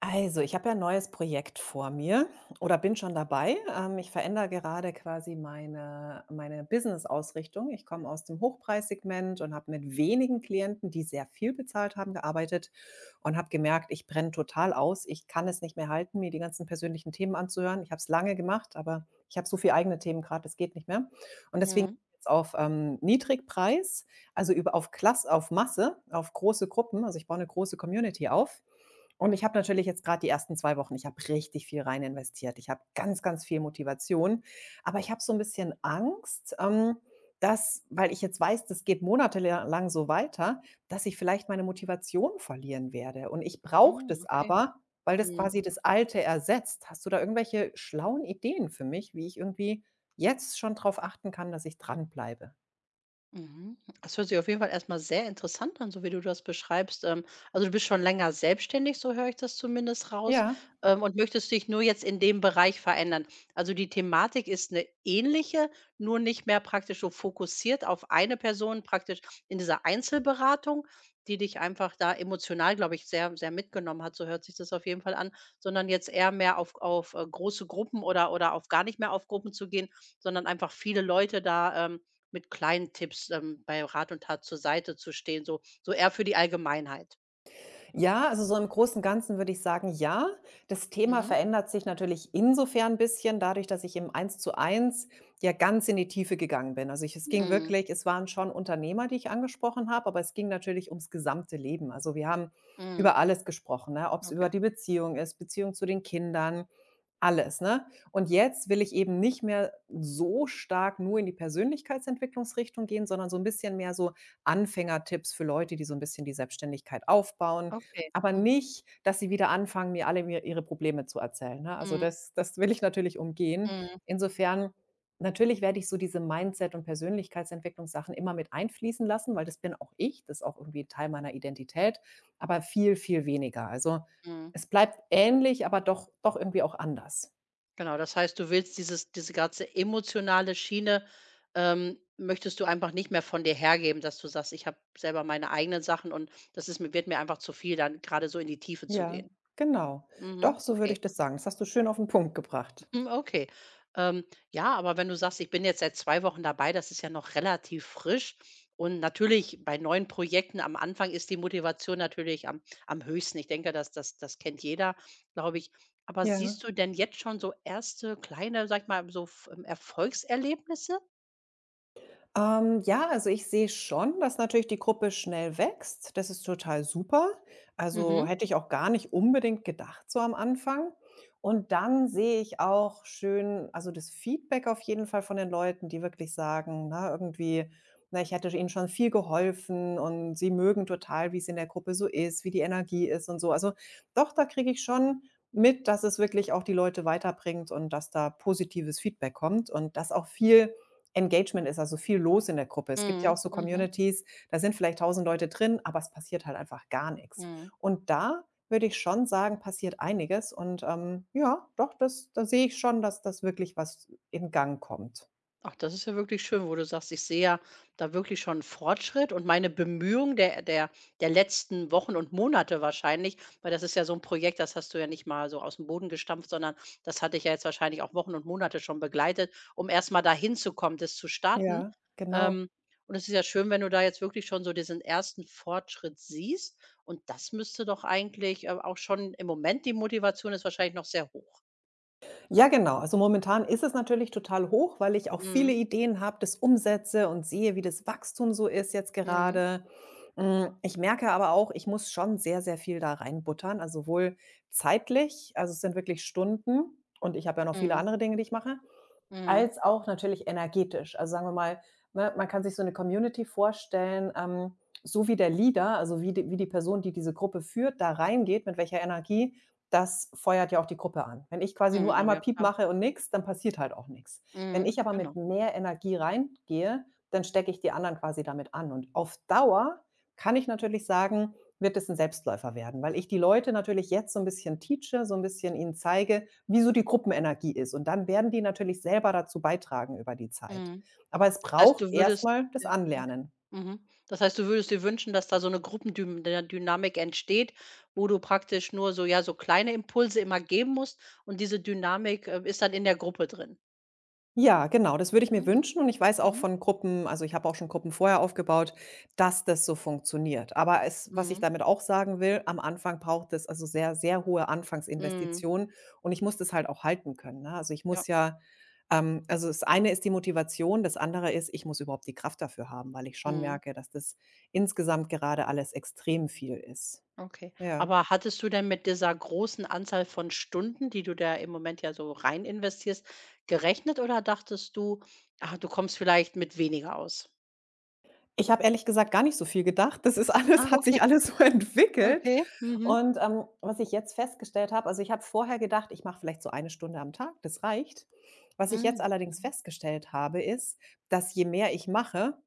Also, ich habe ja 'n neues Projekt vor mir oder bin schon dabei. Ich verändere gerade quasi meine Business-Ausrichtung. Ich komme aus dem Hochpreissegment und habe mit wenigen Klienten, die sehr viel bezahlt haben, gearbeitet und habe gemerkt, ich brenne total aus. Ich kann es nicht mehr halten, mir die ganzen persönlichen Themen anzuhören. Ich habe es lange gemacht, aber ich habe so viele eigene Themen gerade, es geht nicht mehr. Und deswegen Mhm. jetzt auf, Niedrigpreis, also über auf Klasse, auf Masse, auf große Gruppen. Also, ich baue eine große Community auf und ich habe natürlich jetzt gerade die ersten 2 Wochen, ich habe richtig viel rein investiert. Ich habe ganz, ganz viel Motivation, aber ich habe so ein bisschen Angst, dass, weil ich jetzt weiß, das geht monatelang so weiter, dass ich vielleicht meine Motivation verlieren werde. Und ich brauche Mhm, das okay. aber, weil das Mhm. quasi das Alte ersetzt. Hast du da irgendwelche schlauen Ideen für mich, wie ich irgendwie jetzt schon drauf achten kann, dass ich dranbleibe? Mhm. Das hört sich auf jeden Fall erstmal sehr interessant an, so wie du das beschreibst. Also, du bist schon länger selbstständig, so höre ich das zumindest raus, Ja. Und möchtest dich nur jetzt in dem Bereich verändern. Also, die Thematik ist eine ähnliche, nur nicht mehr praktisch so fokussiert auf eine Person, praktisch in dieser Einzelberatung, die dich einfach da emotional, glaube ich, sehr sehr mitgenommen hat, so hört sich das auf jeden Fall an, sondern jetzt eher mehr auf große Gruppen oder auf gar nicht mehr auf Gruppen zu gehen, sondern einfach viele Leute da, mit kleinen Tipps, bei Rat und Tat zur Seite zu stehen, so eher für die Allgemeinheit. Ja, also so im Großen und Ganzen würde ich sagen, ja. Das Thema Mhm. verändert sich natürlich insofern ein bisschen, dadurch, dass ich im 1 zu 1 ja ganz in die Tiefe gegangen bin. Also ich es ging Mhm. wirklich, es waren schon Unternehmer, die ich angesprochen habe, aber es ging natürlich ums gesamte Leben. Also wir haben Mhm. über alles gesprochen, ne? Ob es über Okay. die Beziehung ist, Beziehung zu den Kindern, alles, ne? Und jetzt will ich eben nicht mehr so stark nur in die Persönlichkeitsentwicklungsrichtung gehen, sondern so ein bisschen mehr so Anfängertipps für Leute, die so ein bisschen die Selbstständigkeit aufbauen, Okay. aber Mhm. nicht, dass sie wieder anfangen, mir alle mir ihre Probleme zu erzählen, ne? Also, Mhm. das will ich natürlich umgehen. Mhm. Insofern, natürlich werde ich so diese Mindset- und Persönlichkeitsentwicklungssachen immer mit einfließen lassen, weil das bin auch ich, das ist auch irgendwie Teil meiner Identität, aber viel, viel weniger. Also, Mhm. es bleibt ähnlich, aber doch irgendwie auch anders. Genau, das heißt, du willst diese ganze emotionale Schiene, möchtest du einfach nicht mehr von dir hergeben, dass du sagst: „Ich habe selber meine eigenen Sachen und das ist mir wird mir einfach zu viel, dann gerade so in die Tiefe zu Ja, gehen." genau. Doch, Mhm, so würde ich okay. das sagen. Das hast du schön auf den Punkt gebracht. Hm, okay. Ähm, ja, aber wenn du sagst: „Ich bin jetzt seit 2 Wochen dabei", das ist ja noch relativ frisch. Und natürlich bei neuen Projekten am Anfang ist die Motivation natürlich am am höchsten. Ich denke, das kennt jeder, glaube ich. Aber Ja. siehst du denn jetzt schon so erste kleine, sag ich mal, so f Erfolgserlebnisse? Ja, also ich sehe schon, dass natürlich die Gruppe schnell wächst. Das ist total super. Also Mhm. hätte ich auch gar nicht unbedingt gedacht, so am Anfang. Und dann sehe ich auch schön, also das Feedback auf jeden Fall von den Leuten, die wirklich sagen, na, irgendwie, na, ich hätte ihnen schon viel geholfen und sie mögen total, wie es in der Gruppe so ist, wie die Energie ist und so. Also doch, da kriege ich schon mit, dass es wirklich auch die Leute weiterbringt und dass da positives Feedback kommt und dass auch viel Engagement ist, also viel los in der Gruppe. Es gibt ja auch Mhm. so Mhm. Communities, da sind vielleicht tausend Leute drin, aber es passiert halt einfach gar nichts. Mhm. Und da würde ich schon sagen, passiert einiges und, ja, doch, das, da sehe ich schon, dass das wirklich was in Gang kommt. Ach, das ist ja wirklich schön, wo du sagst, ich sehe ja da wirklich schon 'n Fortschritt und meine Bemühungen der letzten Wochen und Monate wahrscheinlich, weil das ist ja so ein Projekt, das hast du ja nicht mal so aus dem Boden gestampft, sondern das hatte ich ja jetzt wahrscheinlich auch Wochen und Monate schon begleitet, um erst mal dahin zu kommen, das zu starten. Ja, genau. Ähm, und es ist ja schön, wenn du da jetzt wirklich schon so diesen ersten Fortschritt siehst und das müsste doch eigentlich, auch schon im Moment die Motivation ist wahrscheinlich noch sehr hoch. Ja, genau. Also momentan ist es natürlich total hoch, weil ich auch viele Mhm. Ideen habe, das umsetze und sehe, wie das Wachstum so ist jetzt Mhm. gerade. Hm, ich merke aber auch, ich muss schon sehr, sehr viel da reinbuttern, also sowohl zeitlich, also es sind wirklich Stunden und ich habe ja noch viele Mhm. andere Dinge, die ich mache, Mhm. als auch natürlich energetisch. Also, sagen wir mal, ne, man kann sich so eine Community vorstellen, so wie der Leader, also wie die Person, die diese Gruppe führt, da reingeht, mit welcher Energie, das feuert ja auch die Gruppe an. Wenn ich quasi nur Mhm. Oh einmal ja, Piep klar. mache und nichts, dann passiert halt auch nichts. Wenn ich Mhm, aber mit genau. mehr Energie reingehe, dann stecke ich die anderen quasi damit an. Und auf Dauer kann ich natürlich sagen, wird es ein Selbstläufer werden, weil ich die Leute natürlich jetzt so ein bisschen teache, so ein bisschen ihnen zeige, wie so die Gruppenenergie ist. Und dann werden die natürlich selber dazu beitragen über die Zeit. Mhm. Aber es Das heißt, braucht du würdest erstmal das Ja, okay. Anlernen. Mhm. Das heißt, du würdest dir wünschen, dass da so 'ne Gruppendüm Dy Dynamik entsteht, wo du praktisch nur so ja, so kleine Impulse immer geben musst und diese Dynamik, ist dann in der Gruppe drin. Ja, genau, das würde ich mir Mhm, wünschen und ich weiß auch mhm, von Gruppen, also, ich habe auch schon Gruppen vorher aufgebaut, dass das so funktioniert. Aber es, was ich mhm, damit auch sagen will, am Anfang braucht es also sehr, sehr hohe mhm, Anfangsinvestitionen und ich muss das halt auch halten können, ne? Also, ich ja, muss ja also, das eine ist die Motivation, das andere ist, ich muss überhaupt die Kraft dafür haben, weil ich schon mhm, merke, dass das insgesamt gerade alles extrem viel ist. okay. Ja. Aber hattest du denn mit dieser großen Anzahl von Stunden, die du da im Moment ja so rein investierst, gerechnet oder dachtest du: „Ah, du kommst vielleicht mit weniger aus?" Ich habe ehrlich gesagt gar nicht so viel gedacht. Das ist Ah, alles, hat sich okay, alles so entwickelt. okay, mhm. Und, was ich jetzt festgestellt habe, also, ich habe vorher gedacht, ich mache vielleicht so eine Stunde am Tag, das reicht. Was ich jetzt Mhm, allerdings mhm. festgestellt habe, ist, dass je mehr ich mache,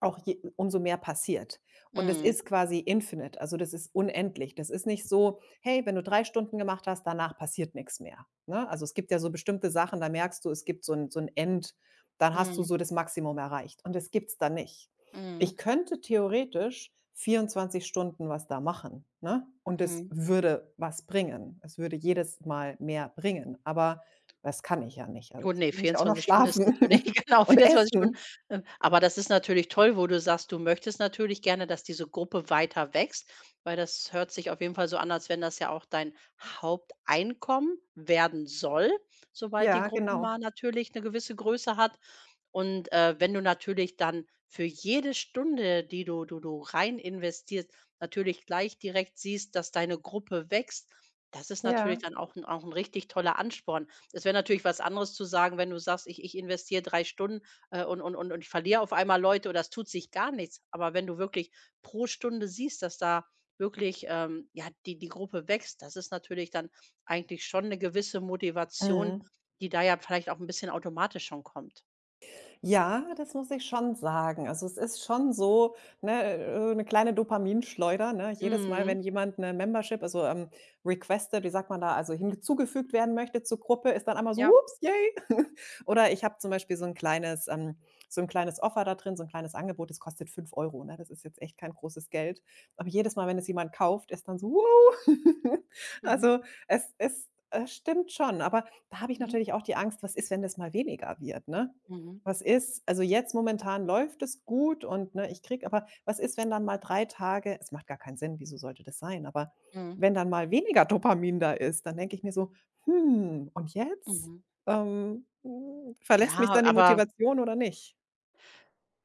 auch je umso mehr passiert. Und es Mhm, ist quasi infinite, also das ist unendlich. Das ist nicht so: „Hey, wenn du 3 Stunden gemacht hast, danach passiert nichts mehr“, ne? Also, es gibt ja so bestimmte Sachen, da merkst du, es gibt so ein End, dann hast du mhm, so das Maximum erreicht und das gibt's da nicht. mhm, Ich könnte theoretisch 24 Stunden was da machen, ne? Und es mhm. würde was bringen. Es würde jedes Mal mehr bringen, aber das kann ich ja nicht. Also, Gut, ne, ich muss ja auch noch 24 Stunden ist schlafen natürlich genau, und 24 Stunden, essen. Aber das ist natürlich toll, wo du sagst, du möchtest natürlich gerne, dass diese Gruppe weiter wächst, weil das hört sich auf jeden Fall so an, als wenn das ja auch dein Haupteinkommen werden soll, sobald die Ja, Gruppe mal genau. natürlich eine gewisse Größe hat. Und, wenn du natürlich dann für jede Stunde, die du rein investierst, natürlich gleich direkt siehst, dass deine Gruppe wächst, das ist natürlich Ja. dann auch ein richtig toller Ansporn. Es wäre natürlich was anderes zu sagen, wenn du sagst: „Ich investiere 3 Stunden, und ich verliere auf einmal Leute oder es tut sich gar nichts." Aber wenn du wirklich pro Stunde siehst, dass da wirklich, ja, die Gruppe wächst, das ist natürlich dann eigentlich schon eine gewisse Motivation, Mhm. die da ja vielleicht auch ein bisschen automatisch schon kommt. Ja, das muss ich schon sagen. Also, es ist schon so, ne, 'ne kleine Dopaminschleuder, ne? Jedes Mal, wenn Mhm. jemand eine Membership, also, requested, wie sagt man da, also, hinzugefügt werden möchte zur Gruppe, ist dann einmal so: Ja. „Ups, yay!“ Oder ich habe zum Beispiel so ein kleines Offer da drin, so ein kleines Angebot, das kostet 5 Euro, ne? Das ist jetzt echt kein großes Geld. Aber jedes Mal, wenn es jemand kauft, ist dann so: „Wow!“ Mhm. Also, es stimmt schon, aber da habe ich Mhm. natürlich auch die Angst, was ist, wenn das mal weniger wird, ne? Mhm. Was ist, also, jetzt momentan läuft es gut und, ne, ich kriege, aber was ist, wenn dann mal 3 Tage, es macht gar keinen Sinn, wieso sollte das sein? Aber Mhm. wenn dann mal weniger Dopamin da ist, dann denke ich mir so: „Hm, und jetzt? Mhm. Hm, verlässt mich Ja, dann die Motivation oder nicht?“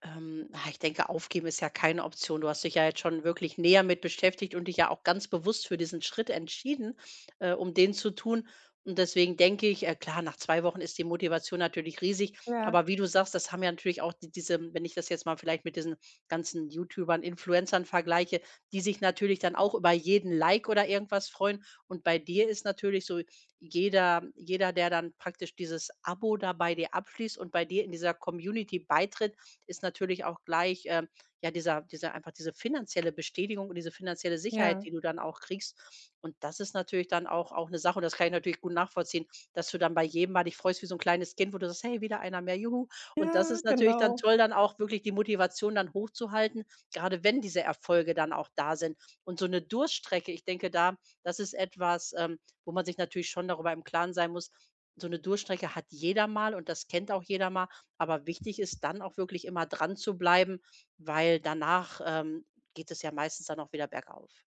Ich denke, aufgeben ist ja keine Option. Du hast dich ja jetzt schon wirklich näher mit beschäftigt und dich ja auch ganz bewusst für diesen Schritt entschieden, um den zu tun. Und deswegen denke ich, klar, nach 2 Wochen ist die Motivation natürlich riesig. Ja, Aber wie du sagst, das haben ja natürlich auch die, diese, wenn ich das jetzt mal vielleicht mit diesen ganzen YouTubern, Influencern vergleiche, die sich natürlich dann auch über jeden Like oder irgendwas freuen. Und bei dir ist natürlich so jeder, jeder, der dann praktisch dieses Abo dabei dir abschließt und bei dir in dieser Community beitritt, ist natürlich auch gleich, ja, dieser einfach diese finanzielle Bestätigung und diese finanzielle Sicherheit, ja. die du dann auch kriegst. Und das ist natürlich dann auch auch eine Sache und das kann ich natürlich gut nachvollziehen, dass du dann bei jedem Mal dich freust wie so ein kleines Kind, wo du sagst: „Hey, wieder einer mehr, juhu." Und das Ja, ist natürlich dann genau. toll, dann auch wirklich die Motivation dann hochzuhalten, gerade wenn diese Erfolge dann auch da sind. Und so eine Durststrecke, ich denke da das ist etwas, wo man sich natürlich schon darüber im Klaren sein muss, so eine Durststrecke hat jeder mal und das kennt auch jeder mal. Aber wichtig ist dann auch wirklich immer dran zu bleiben, weil danach, geht es ja meistens dann auch wieder bergauf.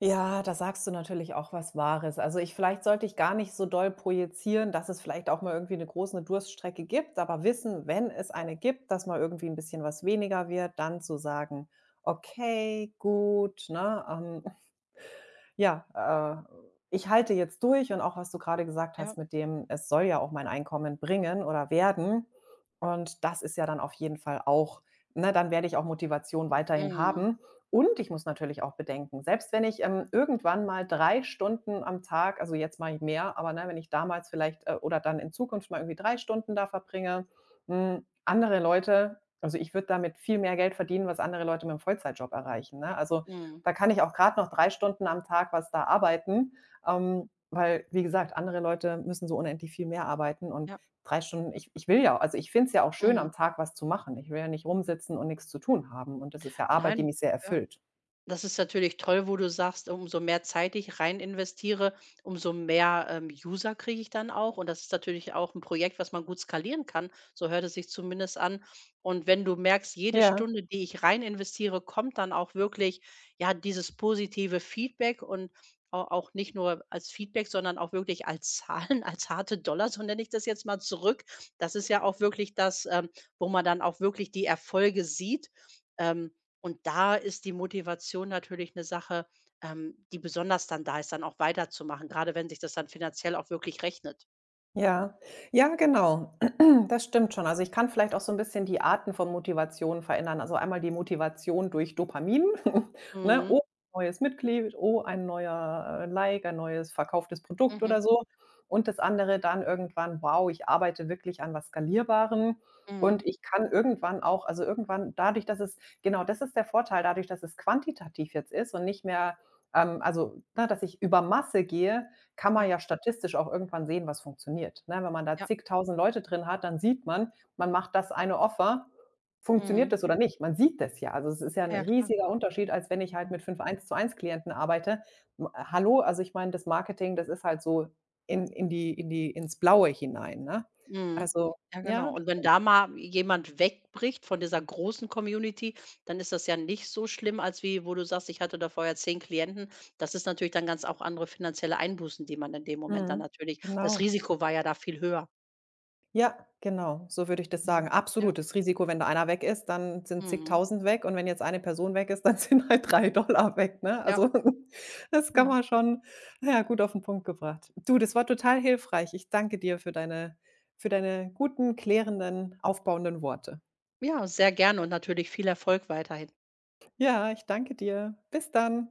Ja, da sagst du natürlich auch was Wahres. Also ich, vielleicht sollte ich gar nicht so doll projizieren, dass es vielleicht auch mal irgendwie eine große Durststrecke gibt, aber wissen, wenn es eine gibt, dass mal irgendwie ein bisschen was weniger wird, dann zu sagen: „Okay, gut“, ne? Ja, ich halte jetzt durch und auch was du gerade gesagt Ja. hast mit dem, es soll ja auch mein Einkommen bringen oder werden. Und das ist ja dann auf jeden Fall auch, ne, dann werde ich auch Motivation weiterhin Mhm, haben. Und ich muss natürlich auch bedenken, selbst wenn ich, irgendwann mal 3 Stunden am Tag, also, jetzt mache ich mehr, aber ne, wenn ich damals vielleicht, oder dann in Zukunft mal irgendwie 3 Stunden da verbringe, hm, andere Leute, also, ich würde damit viel mehr Geld verdienen, was andere Leute mit mit'm Vollzeitjob erreichen, ne? Also, mhm, da kann ich auch gerade noch 3 Stunden am Tag was da arbeiten, weil, wie gesagt, andere Leute müssen so unendlich viel mehr arbeiten und ja. 3 Stunden, ich will ja, also, ich finde es ja auch schön, Mhm. am Tag was zu machen. Ich will ja nicht rumsitzen und nichts zu tun haben und das ist ja Arbeit, die Nein. mich sehr Ja. erfüllt. Das ist natürlich toll, wo du sagst, umso mehr Zeit ich rein investiere, umso mehr, User kriege ich dann auch. Und das ist natürlich auch ein Projekt, was man gut skalieren kann. So hört es sich zumindest an. Und wenn du merkst, jede Ja. Stunde, die ich rein investiere, kommt dann auch wirklich, ja, dieses positive Feedback und au auch nicht nur als Feedback, sondern auch wirklich als Zahlen, als harte Dollar, so nenne ich das jetzt mal, zurück. Das ist ja auch wirklich das, wo man dann auch wirklich die Erfolge sieht. Ähm und da ist die Motivation natürlich eine Sache, die besonders dann da ist, dann auch weiterzumachen, gerade wenn sich das dann finanziell auch wirklich rechnet. Ja, ja, genau. Das stimmt schon. Also, ich kann vielleicht auch so ein bisschen die Arten von Motivation verändern. Also, einmal die Motivation durch Dopamin, ne? Mhm. „Oh, ein neues Mitglied. Oh, ein neuer, Like, ein neues verkauftes Produkt“ Mhm. oder so. Und das andere dann irgendwann: „Wow, ich arbeite wirklich an was Skalierbarem Mhm. und ich kann irgendwann auch“, also, irgendwann dadurch, dass es, genau, das ist der Vorteil, dadurch, dass es quantitativ jetzt ist und nicht mehr, also, ne, dass ich über Masse gehe, kann man Ja. ja statistisch auch irgendwann sehen, was funktioniert, ne? Wenn man da Ja. zigtausend Leute drin hat, dann sieht man, man macht das eine Offer, funktioniert Mhm. das oder nicht? Man sieht das ja. Also, es ist ja ein Ja, klar. riesiger Unterschied, als wenn ich halt Mhm. mit 5 Eins-zu-eins-Klienten arbeite. M hallo, also ich meine, das Marketing, das ist halt so in die ins Blaue hinein, ne? Mhm. Also Ja, ja, genau. Und wenn da stimmt. mal jemand wegbricht von dieser großen Community, dann ist das ja nicht so schlimm, als wie wo du sagst: „Ich hatte da vorher 10 Klienten." Das ist natürlich dann ganz auch andere finanzielle Einbußen, die man in dem Moment dann Mhm. natürlich das Genau. Risiko war ja da viel höher. Ja, genau, so würde ich das sagen. Mhm. Ja. Absolutes Risiko, wenn da einer weg ist, dann sind Mhm. zigtausend weg und wenn jetzt eine Person weg ist, dann sind halt $3 weg, ne? Ja. Also, das kann Genau. man schon, na ja, gut auf den Punkt gebracht. Du, das war total hilfreich. Ich danke dir für deine guten, klärenden, aufbauenden Worte. Ja, sehr gerne und natürlich viel Erfolg weiterhin. Ja, ich danke dir. Bis dann.